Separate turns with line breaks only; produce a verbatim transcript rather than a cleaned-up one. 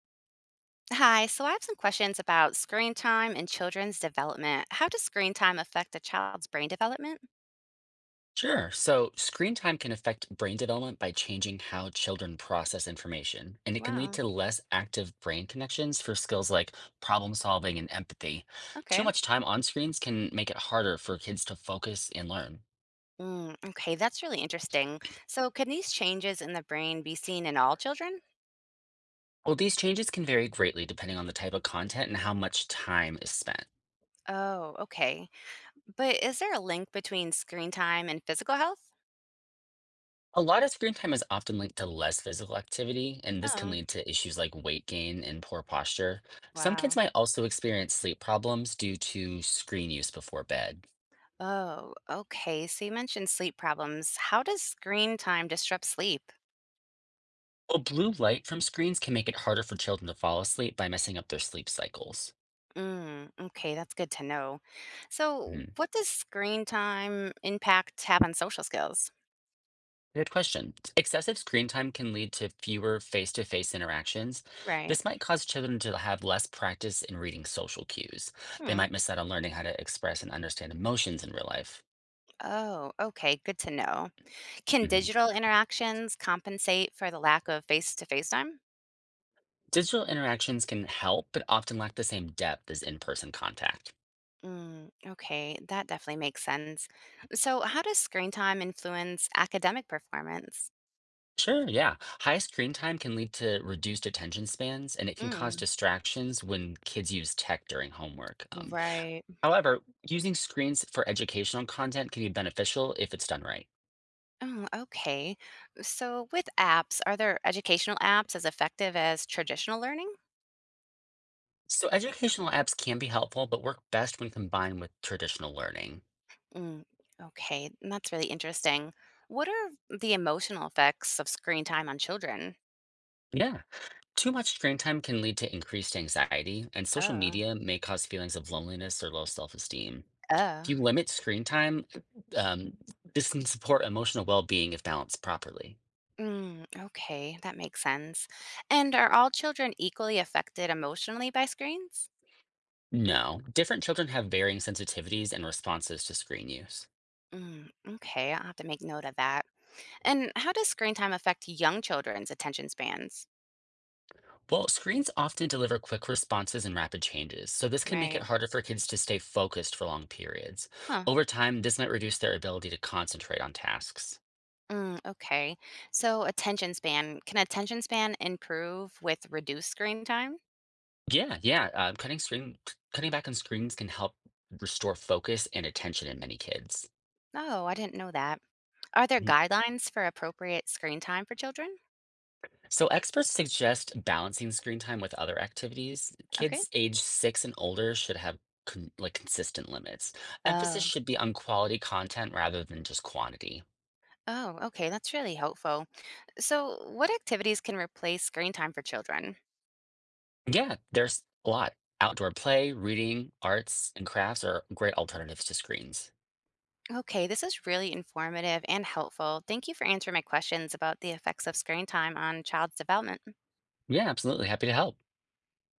Hi, so I have some questions about screen time and children's development. How does screen time affect a child's brain development?
Sure. So screen time can affect brain development by changing how children process information, and it can lead
Wow,
to less active brain connections for skills like problem solving and empathy.
okay.
Too much time on screens can make it harder for kids to focus and learn.
Mm, okay, that's really interesting. So, can these changes in the brain be seen in all children?
Well, these changes can vary greatly depending on the type of content and how much time is spent.
Oh, okay. But is there a link between screen time and physical health?
A lot of screen time is often linked to less physical activity, and this can
Oh,
lead to issues like weight gain and poor posture. Some
wow.
kids might also experience sleep problems due to screen use before bed.
Oh, okay. So you mentioned sleep problems. How does screen time disrupt sleep?
Well, blue light from screens can make it harder for children to fall asleep by messing up their sleep cycles.
Mm, okay, that's good to know. So,
Mhm.
what does screen time impact have on social skills?
Good question. Excessive screen time can lead to fewer face to face interactions.
Right.
This might cause children to have less practice in reading social cues. They
Hmm.
might miss out on learning how to express and understand emotions in real life.
Oh, okay, good to know. Can
Mhm.
digital interactions compensate for the lack of face to face time?
Digital interactions can help, but often lack the same depth as in person contact.
Mm, okay, that definitely makes sense. So, how does screen time influence academic performance?
Sure, yeah. High screen time can lead to reduced attention spans, and it can cause
Mm,
distractions when kids use tech during homework. Um,
right.
However, using screens for educational content can be beneficial if it's done right.
Oh, okay. So, with apps, are there educational apps as effective as traditional learning?
So educational apps can be helpful, but work best when combined with traditional learning.
Mm, okay, that's really interesting. What are the emotional effects of screen time on children?
Yeah, too much screen time can lead to increased anxiety, and social
Oh,
media may cause feelings of loneliness or low self-esteem.
uh.
If you limit screen time, um, this can support emotional well-being if balanced properly.
Mm, okay, that makes sense. And are all children equally affected emotionally by screens?
No, different children have varying sensitivities and responses to screen use.
Mm, okay, I'll have to make note of that. And how does screen time affect young children's attention spans?
Well, screens often deliver quick responses and rapid changes, so this can make it
Right.
harder for kids to stay focused for long periods.
Huh.
Over time, this might reduce their ability to concentrate on tasks.
Mm, okay. So, attention span, can attention span improve with reduced screen time?
Yeah, yeah, uh, cutting screen, cutting back on screens can help restore focus and attention in many kids.
Oh, I didn't know that. Are there
Mhm.
guidelines for appropriate screen time for children?
So experts suggest balancing screen time with other activities.
Okay.
Kids age six and older should have con- like consistent limits.
Oh.
Emphasis should be on quality content rather than just quantity.
Oh, okay, that's really helpful. So, what activities can replace screen time for children?
Yeah, there's a lot. Outdoor play, reading, arts, and crafts are great alternatives to screens.
Okay, this is really informative and helpful. Thank you for answering my questions about the effects of screen time on child's development.
Yeah, absolutely. Happy to help.